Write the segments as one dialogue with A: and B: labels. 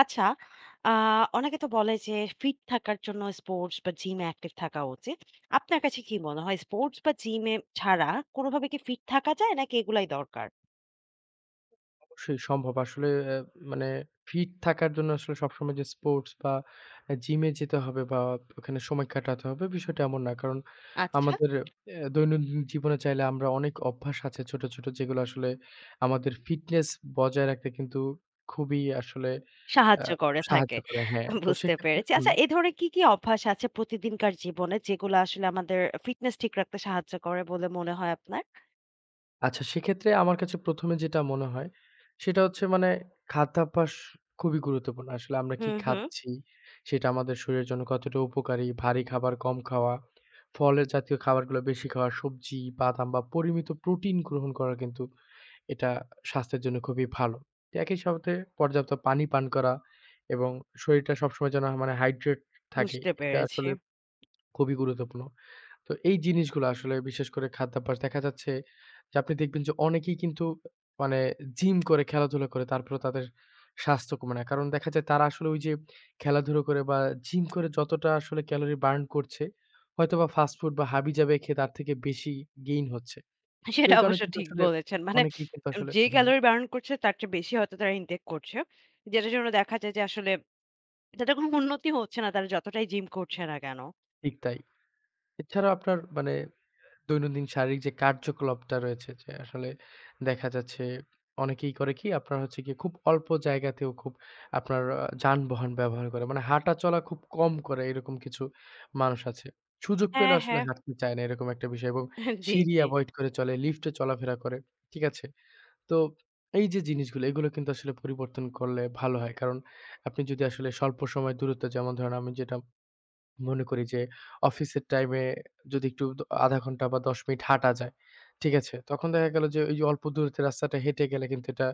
A: আচ্ছা, আ অনেকে তো বলে যে ফিট থাকার জন্য স্পোর্টস বা জিমে অ্যাক্টিভ থাকা উচিত। আপনার কাছে কি মনে হয় স্পোর্টস বা জিমে ছাড়া কোনোভাবে কি ফিট থাকা যায় নাকি এগুলাই দরকার?
B: অবশ্যই সম্ভব। আসলে মানে ফিট থাকার জন্য আসলে সবসময় যে স্পোর্টস বা জিমে যেতে হবে বা ওখানে সময় কাটাতে হবে, বিষয়টা এমন না। কারণ
A: আচ্ছা।
B: আমাদের দৈনন্দিন জীবনে চাইলে আমরা অনেক অভ্যাস আছে ছোট, ছোট যেগুলো আসলে আমাদের ফিটনেস বজায় রাখতে কিন্তু খুবই আসলে অ্যা
A: সাহায্য করে থাকে।
B: সাহায্য করে। হ্যাঁ, তো
A: বুঝতে
B: সেক্ষেত্রে
A: পেরেছি।
B: হুম।
A: আচ্ছা এ ধরনের কি, কি অভ্যাস আছে প্রতিদিনকার জীবনে যেগুলো আসলে আমাদের ফিটনেস ঠিক রাখতে সাহায্য করে বলে মনে হয় আপনার?
B: আচ্ছা, সেক্ষেত্রে আমার কাছে ১ম এ যেটা মনে হয়, সেটা হচ্ছে মানে খাদ্যাভ্যাস খুবই গুরুত্বপূর্ণ। আসলে আমরা কি
A: হুম, হুম।
B: খাচ্ছি, সেটা আমাদের শরীরের জন্য কতটা উপকারী, ভারী খাবার কম খাওয়া, ফলের জাতীয় খাবারগুলো বেশি খাওয়া, সবজি, বাদাম বা পরিমিত প্রোটিন গ্রহণ করা কিন্তু এটা স্বাস্থ্যের জন্য খুবই ভালো। একই সাথে পর্যাপ্ত পানি পান করা এবং শরীরটা সবসময় যেন মানে হাইড্রেট থাকে,
A: বুঝতে
B: এটা
A: পেরেছি।
B: আসলে খুবই গুরুত্বপূর্ণ। তো এই জিনিসগুলো আসলে বিশেষ করে খাদ্যাভ্যাস দেখা যাচ্ছে যে আপনি দেখবেন যে অনেকেই কিন্তু মানে জিম করে, খেলাধুলা করে তারপরেও তাদের স্বাস্থ্য কমে না। কারণ দেখা যায় তারা আসলে ওই যে খেলাধুলা করে বা জিম করে যতটা আসলে ক্যালোরি বার্ন করছে, হয়তোবা ফাস্ট ফুড বা হাবিজাবি খেয়ে তার থেকে বেশি গেইন হচ্ছে। তো
A: সেটা
B: এই কারণে
A: অবশ্য
B: কিন্তু
A: ঠিক
B: আসলে
A: বলেছেন। মানে
B: অনেকেই কিন্তু আসলে
A: যে
B: হুম,
A: ক্যালোরি বার্ন করছে তার চেয়ে বেশি হয়তো তারা ইনটেক করছে। যেটার জন্য দেখা যায় যে আসলে এটাতে কোনো উন্নতি হচ্ছে না তারা যতটাই জিম করছে না কেন।
B: ঠিক তাই। এছাড়াও আপনার মানে দৈনন্দিন শারীরিক যে কার্যকলাপটা রয়েছে যে আসলে দেখা যাচ্ছে অনেকেই করে কি আপনার হচ্ছে গিয়ে খুব অল্প জায়গাতেও খুব আপনার যানবাহন ব্যবহার করে। মানে হাঁটা চলা খুব কম করে এরকম কিছু মানুষ আছে। সুযোগ পেলে
A: হ্যাঁ, হ্যাঁ।
B: আসলে হাঁটতে চায় না এরকম একটা বিষয় এবং
A: জি,
B: সিঁড়ি
A: জি।
B: এভয়েড করে চলে, লিফটে চলাফেরা করে। ঠিক আছে? তো এই যে জিনিসগুলো এগুলো কিন্তু আসলে পরিবর্তন করলে ভালো হয়। কারণ আপনি যদি আসলে স্বল্প সময় দূরত্ব যেমন ধরেন আমি যেটা মনে করি যে অফিসের টাইমে যদি একটু ০.৫ ঘন্টা বা ১০ মিনিট হাঁটা যায়, ঠিক আছে? তখন দেখা গেল যে ওই যে অল্প দূরত্বের রাস্তাটা হেঁটে গেলে কিন্তু এটা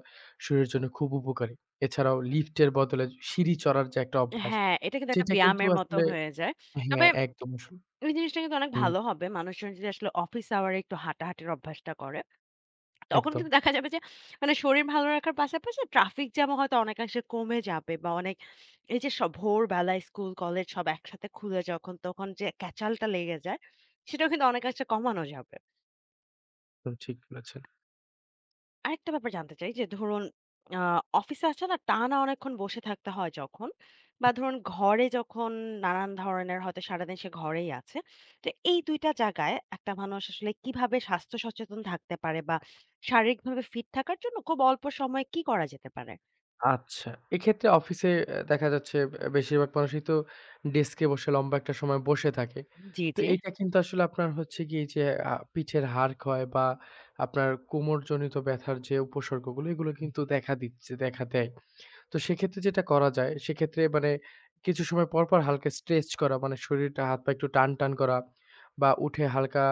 B: শরীরের জন্য খুব উপকারী। এছাড়াও লিফটের বদলে সিঁড়ি চড়ার যে একটা অভ্যাস,
A: হ্যাঁ, এটা কিন্তু একটা
B: সেটা কিন্তু
A: ব্যায়ামের মতো
B: আসলে
A: হয়ে যায়। তবে
B: হ্যাঁ, একদম আসলে
A: এই জিনিসটা কিন্তু অনেক
B: হুম,
A: ভালো হবে। মানুষজন যদি আসলে অফিস আওয়ারে একটু হাঁটাহাঁটির অভ্যাসটা করে, তখন
B: একদম,
A: কিন্তু দেখা যাবে যে মানে শরীর ভালো রাখার পাশাপাশি ট্রাফিক জ্যামও হয়তো অনেকাংশে কমে যাবে বা অনেক এই যে সব ভোরবেলায় স্কুল, কলেজ সব একসাথে খুলে যখন তখন যে ক্যাচালটা লেগে যায়, সেটাও কিন্তু অনেকাংশে কমানো যাবে।
B: একদম ঠিক বলেছেন।
A: আরেকটা ব্যাপার জানতে চাই যে ধরুন আ অফিসে আছে না টানা অনেকক্ষণ বসে থাকতে হয় যখন বা ধরুন ঘরে যখন নানান ধরনের হয়তো সারাদিন সে ঘরেই আছে। তো এই ২ টা জায়গায় একটা মানুষ আসলে কিভাবে স্বাস্থ্য সচেতন থাকতে পারে বা শারীরিকভাবে ফিট থাকার জন্য খুব অল্প সময়ে কি করা যেতে পারে?
B: আচ্ছা। এক্ষেত্রে অফিসে দেখা যাচ্ছে বেশিরভাগ মানুষই তো ডেস্কে বসে লম্বা একটা সময় বসে থাকে।
A: জি,
B: তো
A: জি।
B: এইটা কিন্তু আসলে আপনার হচ্ছে গিয়ে যে পিঠের হাড় ক্ষয় বা আপনার কোমরজনিত ব্যথার যে উপসর্গগুলো এগুলো কিন্তু দেখা দেয়। তো সেক্ষেত্রে যেটা করা যায় সেক্ষেত্রে মানে কিছু সময় পর, পর হালকা স্ট্রেচ করা মানে শরীরটা হাত পা একটু টান-টান করা বা উঠে হালকা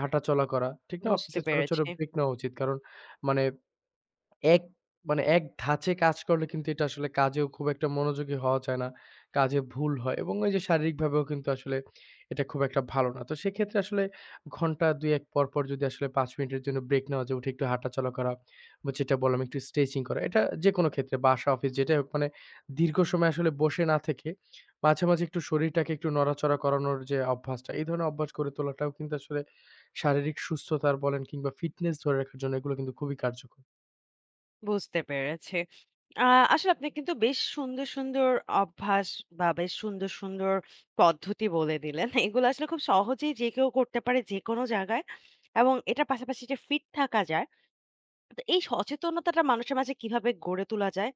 B: হাঁটাচলা করা। ঠিক না?
A: বুঝতে
B: অফিসে ছোট, ছোট
A: পেরেছি।
B: ব্রেক নেওয়া উচিত। কারণ মানে এক এক ধাঁচে কাজ করলে কিন্তু এটা আসলে কাজেও খুব একটা মনোযোগী হওয়া যায় না। কাজে ভুল হয় এবং ওই যে শারীরিকভাবেও কিন্তু আসলে এটা খুব একটা ভালো না। তো সেক্ষেত্রে আসলে ঘন্টা ২-১ পর, পর যদি আসলে ৫ মিনিটের জন্য ব্রেক নেওয়া যায়, উঠে একটু হাঁটাচলা করা বা যেটা বললাম একটু স্ট্রেচিং করা। এটা যেকোনো ক্ষেত্রে বাসা, অফিস যেটাই হোক মানে দীর্ঘ সময় আসলে বসে না থেকে মাঝে, মাঝে একটু শরীরটাকে একটু নড়াচড়া করানোর যে অভ্যাসটা, এই ধরনের অভ্যাস গড়ে তোলাটাও কিন্তু আসলে শারীরিক সুস্থতার বলেন কিংবা ফিটনেস ধরে রাখার জন্য এগুলো কিন্তু খুবই কার্যকর।
A: বুঝতে পেরেছি। আ আসলে আপনি কিন্তু বেশ সুন্দর, সুন্দর অভ্যাস বা বেশ সুন্দর, সুন্দর পদ্ধতি বলে দিলেন। এগুলো আসলে খুব সহজেই যে কেউ করতে পারে যেকোনো জায়গায় এবং এটার পাশাপাশি যে ফিট থাকা যায়, তো এই সচেতনতাটা মানুষের মাঝে কিভাবে গড়ে তোলা যায়?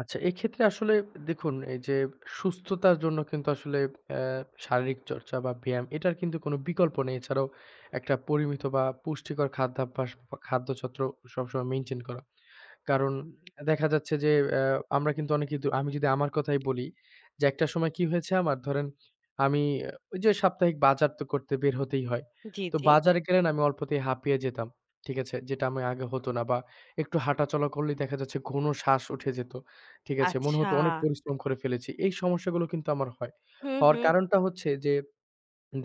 B: আচ্ছা, এক্ষেত্রে আসলে দেখুন এই যে সুস্থতার জন্য কিন্তু আসলে অ্যা শারীরিক চর্চা বা ব্যায়াম এটার কিন্তু কোনো বিকল্প নেই। এছাড়াও একটা পরিমিত বা পুষ্টিকর খাদ্যাভ্যাস বা খাদ্যছত্র সবসময় মেইনটেইন করা। কারণ দেখা যাচ্ছে যে আমরা কিন্তু অনেক কিন্তু আমি যদি আমার কথাই বলি যে একটা সময় কি হয়েছে আমার ধরেন আমি ওই যে সাপ্তাহিক বাজার তো করতে বের হতেই হয়।
A: জি,
B: তো
A: জি।
B: বাজারে গেলে না আমি অল্পতেই হাঁপিয়ে যেতাম। ঠিক আছে? যেটা আমি আগে হতো না বা একটু হাঁটাচলা করলেই দেখা যাচ্ছে ঘন শ্বাস উঠে যেত। ঠিক আছে? মনে
A: আচ্ছা।
B: হতো অনেক পরিশ্রম করে ফেলেছি। এই সমস্যাগুলো কিন্তু আমার হয়।
A: হুম,
B: হওয়ার
A: হুম।
B: কারণটা হচ্ছে যে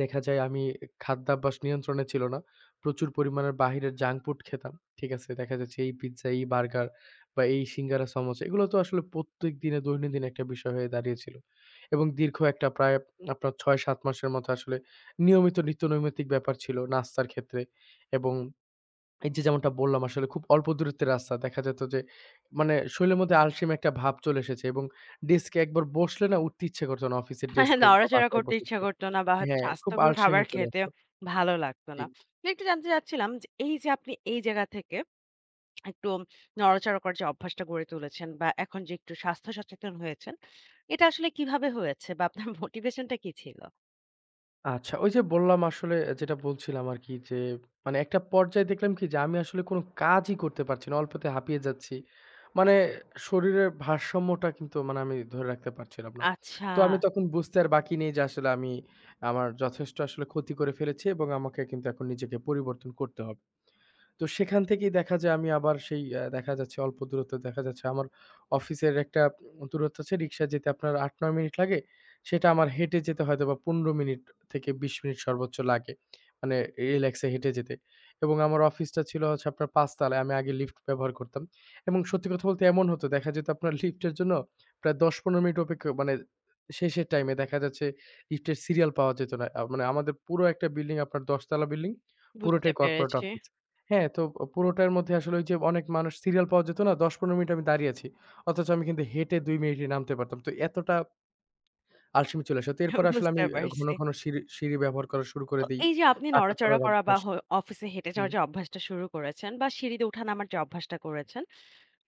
B: দেখা যায় আমি খাদ্যাভ্যাস নিয়ন্ত্রণে ছিল না। প্রচুর পরিমাণে বাহিরের জাঙ্ক ফুড খেতাম। ঠিক আছে? দেখা যাচ্ছে এই পিজ্জা, এই বার্গার বা এই সিঙ্গারা, সমোসা এগুলো তো আসলে প্রত্যেক দিনে দৈনন্দিন একটা বিষয় হয়ে দাঁড়িয়েছিল। এবং দীর্ঘ একটা প্রায় আপনার ৬-৭ মাসের মতো আসলে নিয়মিত নিত্যনৈমিত্তিক ব্যাপার ছিল নাস্তার ক্ষেত্রে। এবং এই যে যেমনটা বললাম আসলে খুব অল্প দূরত্বের রাস্তা। দেখা যেত যে মানে শরীরের মধ্যে আলসেমি একটা ভাব চলে এসেছে এবং ডেস্কে একবার বসলে না উঠতে ইচ্ছে করত না। অফিসের
A: মানে
B: ডেস্ক হোক বা
A: নড়াচড়া
B: বাসায়
A: করতে
B: বসে
A: ইচ্ছা
B: থাকলে।
A: করত না বা হয়তো
B: হ্যাঁ, খুব
A: স্বাস্থ্যকর খাবার
B: আলসেমি চলে
A: খেতে
B: আসতো।
A: ভালো লাগতো না।
B: ঠিক।
A: তো একটু জানতে চাচ্ছিলাম যে এই যে আপনি এই জায়গা থেকে একটু নড়াচড়া করার যে অভ্যাসটা গড়ে তুলেছেন বা এখন যে একটু স্বাস্থ্য সচেতন হয়েছেন, এটা আসলে কিভাবে হয়েছে বা আপনার মোটিভেশনটা কি ছিল?
B: আচ্ছা ওই যে বললাম আসলে যেটা বলছিলাম আরকি যে, মানে একটা পর্যায়ে দেখলাম কি যে আমি আসলে কোন কাজই করতে পারছি না। অল্পতে হাঁপিয়ে যাচ্ছি। মানে শরীরের ভারসাম্যটা কিন্তু মানে আমি ধরে রাখতে পারছিলাম না।
A: আচ্ছা,
B: তো আমি তখন বুঝতে আর বাকি নেই যে আসলে আমি আমার যথেষ্ট আসলে ক্ষতি করে ফেলেছি এবং আমাকে কিন্তু এখন নিজেকে পরিবর্তন করতে হবে। তো সেখান থেকেই দেখা যায় আমি আবার সেই দেখা যাচ্ছে অল্প দূরত্ব দেখা যাচ্ছে আমার অফিসের একটা দূরত্ব আছে রিক্সায় যেতে আপনার ৮-৯ মিনিট লাগে। সেটা আমার হেঁটে যেতে হয়তোবা ১৫ মিনিট থেকে ২০ মিনিট সর্বোচ্চ লাগে। মানে রিল্যাক্সে হেঁটে যেতে। এবং আমার অফিসটা ছিল হচ্ছে আপনার ৫ তলায়। আমি আগে লিফট ব্যবহার করতাম। এবং সত্যি কথা বলতে এমন হতো দেখা যেত আপনার লিফটের জন্য প্রায় ১০-১৫ মিনিট অপেক্ষা মানে শেষের টাইমে দেখা যাচ্ছে লিফটের সিরিয়াল পাওয়া যেত না। মানে আমাদের পুরো একটা বিল্ডিং আপনার ১০ তলা বিল্ডিং
A: বুঝতে
B: পুরোটাই কর্পোরেট
A: পেরেছি।
B: অফিস। হ্যাঁ, তো পুরোটার মধ্যে আসলে ওই যে অনেক মানুষ সিরিয়াল পাওয়া যেত না? ১০-১৫ মিনিট আমি দাঁড়িয়ে আছি। অথচ আমি কিন্তু হেঁটে ২ মিনিটে নামতে পারতাম। তো এতটা আলসেমি চলে আসে। তো এরপরে আসলে
A: বুঝতে
B: আমি ঘন,
A: পারছি।
B: ঘন সিঁড়ি সিঁড়ি ব্যবহার করা শুরু করে
A: তো
B: দেই।
A: এই যে আপনি
B: হাঁটা
A: নড়াচড়া
B: চলার
A: করা বা
B: অভ্যাস
A: অফিসে হেঁটে
B: হুম।
A: যাওয়ার যে অভ্যাসটা শুরু করেছেন বা সিঁড়িতে ওঠা-নামার যে অভ্যাসটা করেছেন,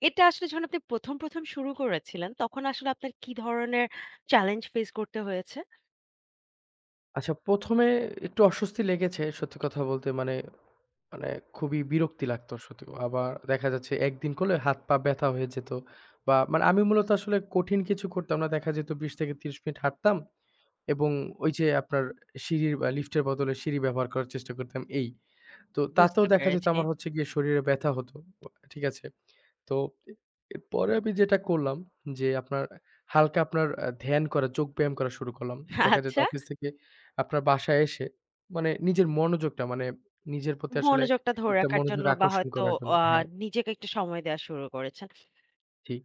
A: এটা আসলে যখন আপনি ১ম, ১ম শুরু করেছিলেন তখন আসলে আপনার কি ধরনের চ্যালেঞ্জ ফেস করতে হয়েছে?
B: আচ্ছা ১ম এ একটু অস্বস্তি লেগেছে সত্যি কথা বলতে মানে, মানে খুবই বিরক্তি লাগতো সত্যি। আবার দেখা যাচ্ছে একদিন করলে হাত-পা ব্যথা হয়ে যেত বা মানে আমি মূলত আসলে কঠিন কিছু করতাম না। দেখা যেত ২০ থেকে ৩০ মিনিট হাঁটতাম। এবং ওই যে আপনার সিঁড়ির বা লিফটের বদলে সিঁড়ি ব্যবহার করার চেষ্টা করতাম এই। তো
A: বুঝতে
B: তাতেও দেখা যেত
A: পেরেছি।
B: আমার হচ্ছে গিয়ে শরীরে ব্যথা হতো। ও ঠিক আছে? তো এ এরপরে আমি যেটা করলাম যে আপনার হালকা আপনার ধ্যান করা, যোগ ব্যায়াম করা শুরু করলাম। দেখা যেত
A: আচ্ছা।
B: অফিস থেকে আপনার বাসায় এসে মানে নিজের মনোযোগটা মানে নিজের প্রতি আসলে
A: মনোযোগটা ধরে
B: একটা
A: রাখার
B: মনোযোগ
A: জন্য বা
B: আকর্ষণ
A: হয়তো
B: করার জন্য
A: আ
B: হ্যাঁ,
A: নিজেকে একটু সময় দেয়া শুরু করেছেন।
B: ঠিক।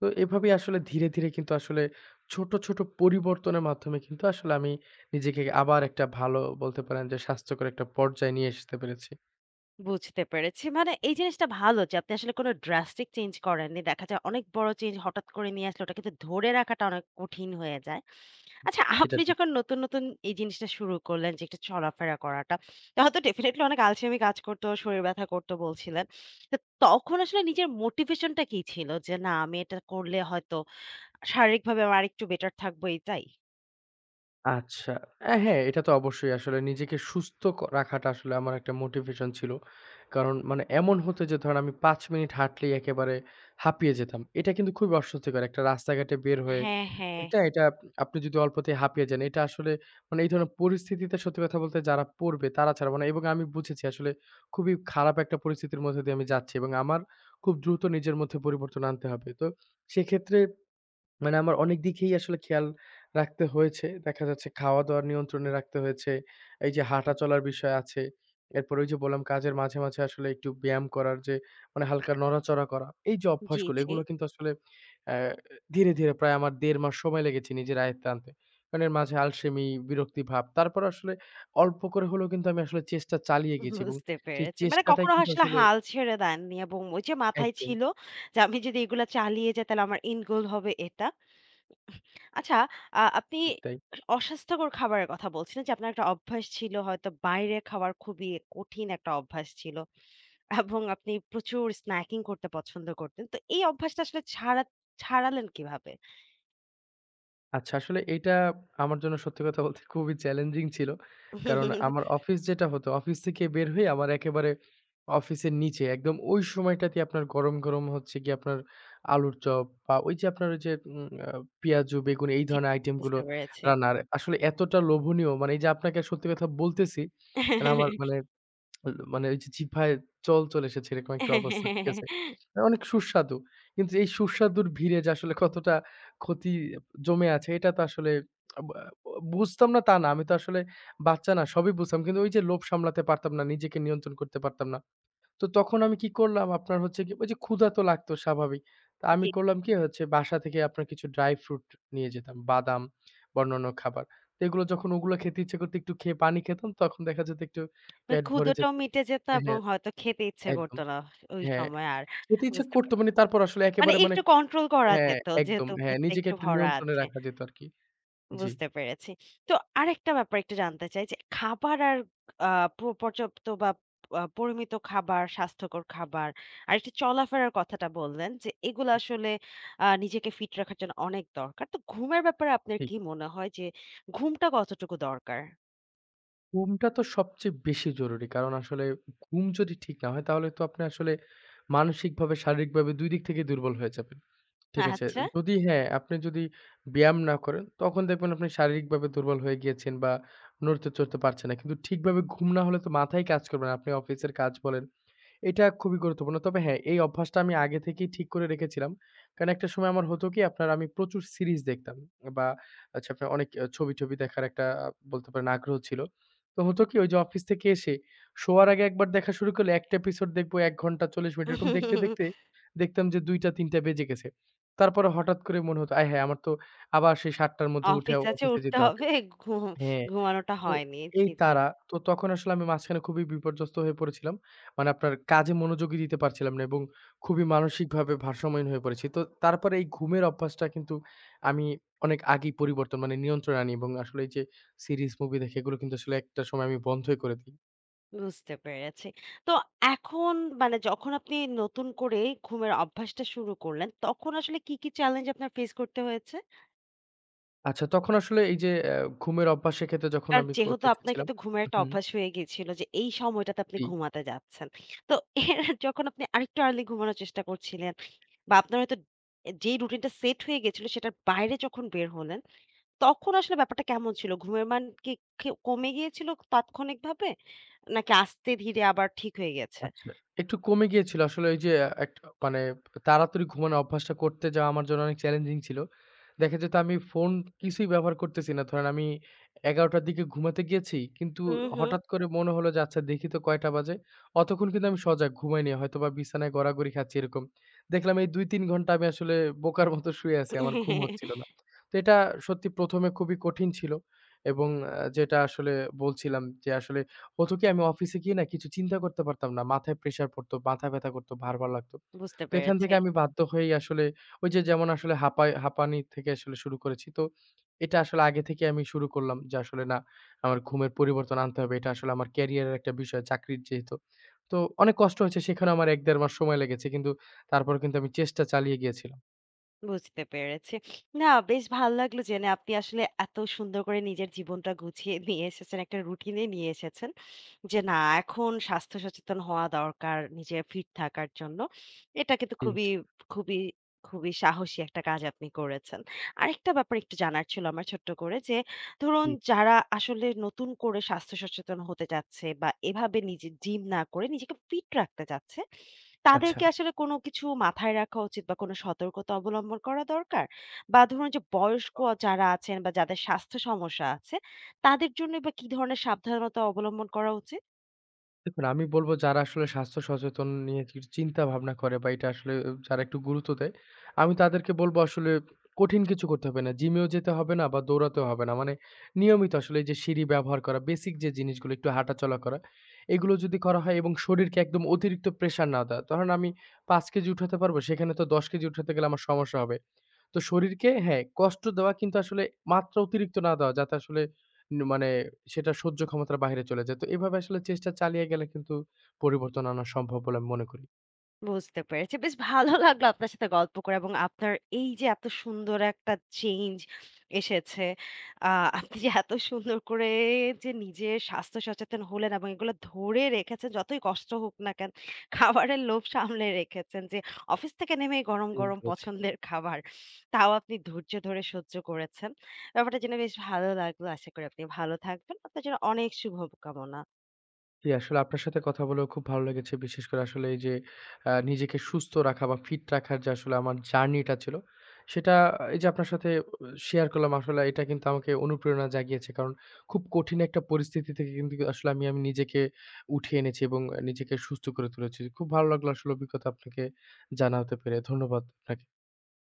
B: তো এভাবেই আসলে ধীরে, ধীরে কিন্তু আসলে ছোট, ছোট পরিবর্তনের মাধ্যমে কিন্তু আসলে আমি নিজেকে আবার একটা ভালো বলতে পারেন যে স্বাস্থ্যকর একটা পর্যায়ে নিয়ে আসতে পেরেছি।
A: বুঝতে পেরেছি। মানে এই জিনিসটা ভালো যে আপনি আসলে কোনো drastic চেঞ্জ করেননি। দেখা যায় অনেক বড় চেঞ্জ হঠাৎ করে নিয়ে আসলে ওটা কিন্তু ধরে রাখাটা অনেক কঠিন হয়ে যায়। আচ্ছা
B: সেটা
A: আপনি
B: ঠিক।
A: যখন নতুন, নতুন এই জিনিসটা শুরু করলেন যে একটু চলাফেরা করাটা, হয়তো ডেফিনিটলি অনেক আলসেমি কাজ করতো, শরীর ব্যথা করতো বলছিলেন। তো তখন আসলে নিজের মোটিভেশন টা কি ছিল? যে না আমি এটা করলে হয়তো শারীরিকভাবে আমার আরেকটু বেটার থাকবো এটাই?
B: আচ্ছা। হ্যাঁ, এটা তো অবশ্যই আসলে নিজেকে সুস্থ রাখাটা আসলে আমার একটা মোটিভেশন ছিল। কারণ মানে এমন হতো যে ধরেন আমি ৫ মিনিট হাঁটলেই একেবারে হাঁপিয়ে যেতাম। এটা কিন্তু খুবই অস্বস্তিকর। একটা রাস্তাঘাটে বের হয়ে,
A: হ্যাঁ, হ্যাঁ।
B: ঠিক না? এটা আপনি যদি অল্পতেই হাঁপিয়ে যান, এটা আসলে মানে এই ধরনের পরিস্থিতিতে সত্যি কথা বলতে যারা পড়বে তারা ছাড়া মানে এবং আমি বুঝেছি আসলে খুবই খারাপ একটা পরিস্থিতির মধ্যে দিয়ে আমি যাচ্ছি এবং আমার খুব দ্রুত নিজের মধ্যে পরিবর্তন আনতে হবে। তো সেক্ষেত্রে মানে আমার অনেক দিকেই আসলে খেয়াল রাখতে হয়েছে। দেখা যাচ্ছে খাওয়া-দাওয়ার নিয়ন্ত্রণে রাখতে হয়েছে। এই যে হাঁটা চলার বিষয় আছে। এরপরে ওই যে বললাম কাজের মাঝে, মাঝে আসলে একটু ব্যায়াম করার যে মানে হালকা নড়াচড়া করা। এই যে
A: জি,
B: অভ্যাসগুলো
A: জি।
B: এগুলো কিন্তু আসলে অ্যা ধীরে, ধীরে প্রায় আমার ১.৫ মাস সময় লেগেছে নিজের আয়ত্তে আনতে। কারণ এর মাঝে আলসেমি, বিরক্তি ভাব। তারপর আসলে অল্প করে হলেও কিন্তু আমি আসলে চেষ্টা চালিয়ে গেছি এবং
A: বুঝতে
B: সেই
A: পেরেছি। মানে
B: চেষ্টাটাই
A: কখনো
B: কিন্তু
A: আসলে
B: আসলে
A: হাল ছেড়ে দেননি এবং ওই যে মাথায়
B: একদম
A: ছিল যে আমি যদি এগুলা চালিয়ে যাই তাহলে আমার এন্ড গোল হবে এটা। আচ্ছা আপনি
B: ঠিক তাই।
A: অস্বাস্থ্যকর খাবারের কথা বলছিলেন যে আপনার একটা অভ্যাস ছিল হয়তো বাইরে খাওয়ার খুবই কঠিন একটা অভ্যাস ছিল এবং আপনি প্রচুর স্ন্যাকিং করতে পছন্দ করতেন। তো এই অভ্যাসটা আসলে ছাড়া ছাড়ালেন কিভাবে?
B: আচ্ছা, আসলে এইটা আমার জন্য সত্যি কথা বলতে খুবই চ্যালেঞ্জিং ছিল। কারণ আমার অফিস যেটা হতো, অফিস থেকে বের হয়ে আমার একেবারে অফিসের নিচে একদম ওই সময়টাতে আপনার গরম, গরম হচ্ছে গিয়ে আপনার আলুর চপ বা ওই যে আপনার ওই যে উম আ পেঁয়াজু, বেগুন এই
A: জি,
B: ধরনের আইটেমগুলো
A: বুঝতে পেরেছি।
B: রান্নার আসলে এতটা লোভনীয় মানে এই যে আপনাকে সত্যি কথা বলতেছি, মানে আমার মানে আ মানে ওই যে জিহ্বায় জল চলে এসেছে এরকম একটা অবস্থা। ঠিক আছে? মানে অনেক সুস্বাদু। কিন্তু এই সুস্বাদুর ভিড়ে যে আসলে কতটা ক্ষতি জমে আছে এটা তো আসলে বা বুঝতাম না তা না। আমি তো আসলে বাচ্চা না সবই বুঝতাম। কিন্তু ওই যে লোভ সামলাতে পারতাম না, নিজেকে নিয়ন্ত্রণ করতে পারতাম না। তো তখন আমি কি করলাম, আপনার হচ্ছে গিয়ে ওই যে ক্ষুধা তো লাগতো স্বাভাবিক। তো আমি করলাম কি হচ্ছে বাসা থেকে আপনার কিছু ড্রাই ফ্রুট নিয়ে যেতাম। বাদাম বা অন্যান্য খাবার। তো এগুলো যখন ওগুলো খেতে ইচ্ছে করতো একটু খেয়ে পানি খেতাম তখন দেখা যেত একটু
A: ওই
B: পেট ভরে যেত।
A: ক্ষুধাটাও মিটে যেত এবং
B: হ্যাঁ,
A: হয়তো খেতে ইচ্ছে করত
B: একদম।
A: না ওই
B: হ্যাঁ,
A: সময় আর।
B: খেতে ইচ্ছে
A: বুঝতে
B: করত
A: পারছি।
B: মানে তারপর আসলে
A: মানে
B: একেবারে মানে
A: একটু কন্ট্রোল করা
B: হ্যাঁ,
A: যেত
B: একদম।
A: যেহেতু
B: হ্যাঁ,
A: পেটটা
B: নিজেকে
A: একটু
B: একটু
A: ভরা
B: নিয়ন্ত্রণে
A: আছে।
B: রাখা যেত আরকি। জি,
A: বুঝতে পেরেছি। তো আরেকটা ব্যাপার একটু জানতে চাই যে খাবার আর আ প পর্যাপ্ত বা পরিমিত খাবার, স্বাস্থ্যকর খাবার আর একটু চলাফেরার কথাটা বললেন যে এগুলো আসলে নিজেকে ফিট রাখার জন্য অনেক দরকার। তো ঘুমের ব্যাপারে আপনার
B: ঠিক।
A: কি মনে হয় যে ঘুমটা কতটুকু দরকার?
B: ঘুমটা তো সবচেয়ে বেশি জরুরি। কারণ আসলে ঘুম যদি ঠিক না হয় তাহলে তো আপনি আসলে মানসিকভাবে, শারীরিকভাবে ২ দিক থেকেই দুর্বল হয়ে যাবেন। ঠিক আছে। যদি হ্যাঁ, আপনি যদি ব্যায়াম না করেন, তখন দেখবেন আপনি শারীরিকভাবে দুর্বল হয়ে গিয়েছেন বা নড়তে চড়তে পারছেন না। কিন্তু ঠিকভাবে ঘুম না হলে তো মাথাই কাজ করবে না। আপনি অফিসের কাজ বলেন এটা খুবই গুরুত্বপূর্ণ। তবে হ্যাঁ, এই অভ্যাসটা আমি আগে থেকেই ঠিক করে রেখেছিলাম। কারণ একটা সময় আমার হতো কি আপনার আমি প্রচুর সিরিজ দেখতাম বা হচ্ছে আপনার অনেক ছবি-টবি দেখার একটা বলতে পারেন আগ্রহ ছিল। তো হতো কি ওই যে অফিস থেকে এসে শোয়ার আগে একবার দেখা শুরু করলে একটা এপিসোড দেখব ১ ঘন্টা ৪০ মিনিট এরকম দেখতে, দেখতে
A: আচ্ছা।
B: দেখতাম যে ২টা-৩টা বেজে গেছে। তারপরে হঠাৎ করে মনে হতো, "আয় হায়! আমার তো আবার সেই ৭ টার মধ্যে উঠে
A: অফিস আছে
B: অফিসে
A: উঠতে
B: যেতে হবে।"
A: হবে। ঘু
B: হ্যাঁ।
A: ঘুমানোটা
B: তো
A: হয়নি।
B: এই
A: জি, জি।
B: তাড়া, তো তখন আসলে আমি মাঝখানে খুবই বিপর্যস্ত হয়ে পড়েছিলাম। মানে আপনার কাজে মনোযোগই দিতে পারছিলাম না এবং খুবই মানসিকভাবে ভারসাম্যহীন হয়ে পড়েছি। তো তারপরে এই ঘুমের অভ্যাসটা কিন্তু আমি অনেক আগেই পরিবর্তন মানে নিয়ন্ত্রণে আনি এবং আসলে এই যে সিরিজ, মুভি দেখে এগুলো কিন্তু আসলে একটা সময় আমি বন্ধই করে দিই।
A: বুঝতে পেরেছি। তো এখন মানে যখন আপনি নতুন করে ঘুমের অভ্যাসটা শুরু করলেন, তখন আসলে কি, কি চ্যালেঞ্জ আপনার ফেস করতে হয়েছে?
B: আচ্ছা তখন আসলে এই যে ঘুমের অভ্যাসের ক্ষেত্রে যখন
A: কারণ
B: আমি
A: যেহেতু
B: করতে
A: আপনার
B: চেয়েছিলাম
A: কিন্তু ঘুমের একটা
B: হুম,
A: অভ্যাস হয়ে গিয়েছিল যে এই সময়টাতে আপনি
B: জি।
A: ঘুমাতে যাচ্ছেন। তো এর যখন আপনি আরেকটু আর্লি ঘুমানোর চেষ্টা করছিলেন বা আপনার হয়তো যেই রুটিনটা সেট হয়ে গিয়েছিল সেটার বাইরে যখন বের হলেন, তখন আসলে ব্যাপারটা কেমন ছিল? ঘুমের মান কি কমে গিয়েছিল তাৎক্ষণিকভাবে? নাকি আস্তে ধীরে আবার ঠিক হয়ে গেছে?
B: আচ্ছা, একটু কমে গিয়েছিল। আসলে ওই যে একটা মানে তাড়াতাড়ি ঘুমানোর অভ্যাসটা করতে যাওয়া আমার জন্য অনেক চ্যালেঞ্জিং ছিল। দেখা যেত আমি ফোন কিছুই ব্যবহার করতেছি না। ধরেন আমি ১১ টার দিকে ঘুমাতে গিয়েছি। কিন্তু
A: হুম, হুম।
B: হঠাৎ করে মনে হলো যে আচ্ছা দেখি তো কয়টা বাজে। অতক্ষণ কিন্তু আমি সজাগ ঘুমাইনি। হয়তোবা বিছানায় গড়াগড়ি খাচ্ছি এরকম। দেখলাম এই ২-৩ ঘন্টা আমি আসলে বোকার মতো শুয়ে আছি। আমার ঘুম হচ্ছিল না। তো এটা সত্যি ১ম এ খুবই কঠিন ছিল এবং যেটা আসলে বলছিলাম যে আসলে হতো কি আমি অফিসে গিয়ে না কিছু চিন্তা করতে পারতাম না। মাথায় প্রেশার পড়তো, মাথা ব্যথা করতো, ভারবার লাগতো।
A: বুঝতে
B: তো এখান
A: পেরেছি।
B: থেকে আমি বাধ্য হয়েই আসলে ওই যে যেমন আসলে হাঁপায় হাঁপানি থেকে আসলে শুরু করেছি। তো এটা আসলে আগে থেকে আমি শুরু করলাম যে আসলে না আমার ঘুমের পরিবর্তন আনতে হবে। এটা আসলে আমার ক্যারিয়ারের একটা বিষয় চাকরির যেহেতু। তো অনেক কষ্ট হয়েছে সেখানে আমার ১-১.৫ মাস সময় লেগেছে। কিন্তু তারপর কিন্তু আমি চেষ্টা চালিয়ে গিয়েছিলাম।
A: বুঝতে পেরেছি। না বেশ ভাল লাগলো জেনে আপনি আসলে এত সুন্দর করে নিজের জীবনটা গুছিয়ে নিয়ে এসেছেন, একটা রুটিনে নিয়ে এসেছেন। যে না এখন স্বাস্থ্য সচেতন হওয়া দরকার নিজে ফিট থাকার জন্য। এটা কিন্তু
B: জি,
A: খুবই,
B: জি,
A: খুবই, খুবই সাহসী একটা কাজ আপনি করেছেন। আরেকটা ব্যাপার একটু জানার ছিল আমার ছোট্ট করে যে, ধরুন
B: জি।
A: যারা আসলে নতুন করে স্বাস্থ্য সচেতন হতে চাচ্ছে বা এভাবে নিজে জিম না করে নিজেকে ফিট রাখতে চাচ্ছে তাদের
B: আচ্ছা।
A: কি আসলে কোনো কিছু মাথায় রাখা উচিত বা কোনো সতর্কতা অবলম্বন করা দরকার? বা ধরুন যে বয়স্ক যারা আছেন বা যাদের স্বাস্থ্য সমস্যা আছে, তাদের জন্য বা কি ধরনের সাবধানতা অবলম্বন করা উচিত?
B: দেখুন, আমি বলব যারা আসলে স্বাস্থ্য সচেতন নিয়ে চিন্তা ভাবনা করে বা এটা আসলে যারা একটু গুরুত্ব দেয়, আমি তাদেরকে বলব আসলে কঠিন কিছু করতে হবে না। জিমেও যেতে হবে না বা দৌড়াতেও হবে না। মানে নিয়মিত আসলে এই যে সিঁড়ি ব্যবহার করা, বেসিক যে জিনিসগুলো একটু হাঁটাচলা করা, এগুলো যদি করা হয় এবং শরীরকে একদম অতিরিক্ত প্রেশার না দেওয়া। ধরেন আমি ৫ কেজি উঠাতে পারব, সেখানে তো ১০ কেজি উঠাতে গেলে আমার সমস্যা হবে। তো শরীরকে হ্যাঁ, কষ্ট দেওয়া কিন্তু আসলে মাত্রা অতিরিক্ত না দেওয়া যাতে আসলে মানে সেটা সহ্য ক্ষমতার বাহিরে চলে যায়। তো এভাবে আসলে চেষ্টা চালিয়ে গেলে কিন্তু পরিবর্তন আনা সম্ভব বলে আমি মনে করি।
A: বুঝতে পেরেছি। বেশ ভালো লাগলো আপনার সাথে গল্প করে এবং আপনার এই যে এত সুন্দর একটা চেঞ্জ এসেছে। আ আপনি যে এত সুন্দর করে যে নিজের স্বাস্থ্য সচেতন হলেন এবং এগুলো ধরে রেখেছেন যতই কষ্ট হোক না কেন, খাবারের লোভ সামলে রেখেছেন যে অফিস থেকে নেমেই গরম,
B: ঠিক
A: গরম
B: বলেছেন।
A: পছন্দের খাবার। তাও আপনি ধৈর্য ধরে সহ্য করেছেন। ব্যাপারটা জেনে বেশ ভালো লাগলো। আশা করি আপনি ভালো থাকবেন। আপনার জন্য অনেক শুভকামনা।
B: জি, আসলে আপনার সাথে কথা বলেও খুব ভালো লেগেছে। বিশেষ করে আসলে এই যে নিজেকে সুস্থ রাখা বা ফিট রাখার যে আসলে আমার জার্নিটা ছিল, সেটা এই যে আপনার সাথে শেয়ার করলাম আসলে এটা কিন্তু আমাকে অনুপ্রেরণা জাগিয়েছে। কারণ খুব কঠিন একটা পরিস্থিতি থেকে কিন্তু আসলে আমি নিজেকে উঠিয়ে এনেছি এবং নিজেকে সুস্থ করে তুলেছি। খুব ভালো লাগলো আসলে অভিজ্ঞতা আপনাকে জানাতে পেরে। ধন্যবাদ আপনাকে।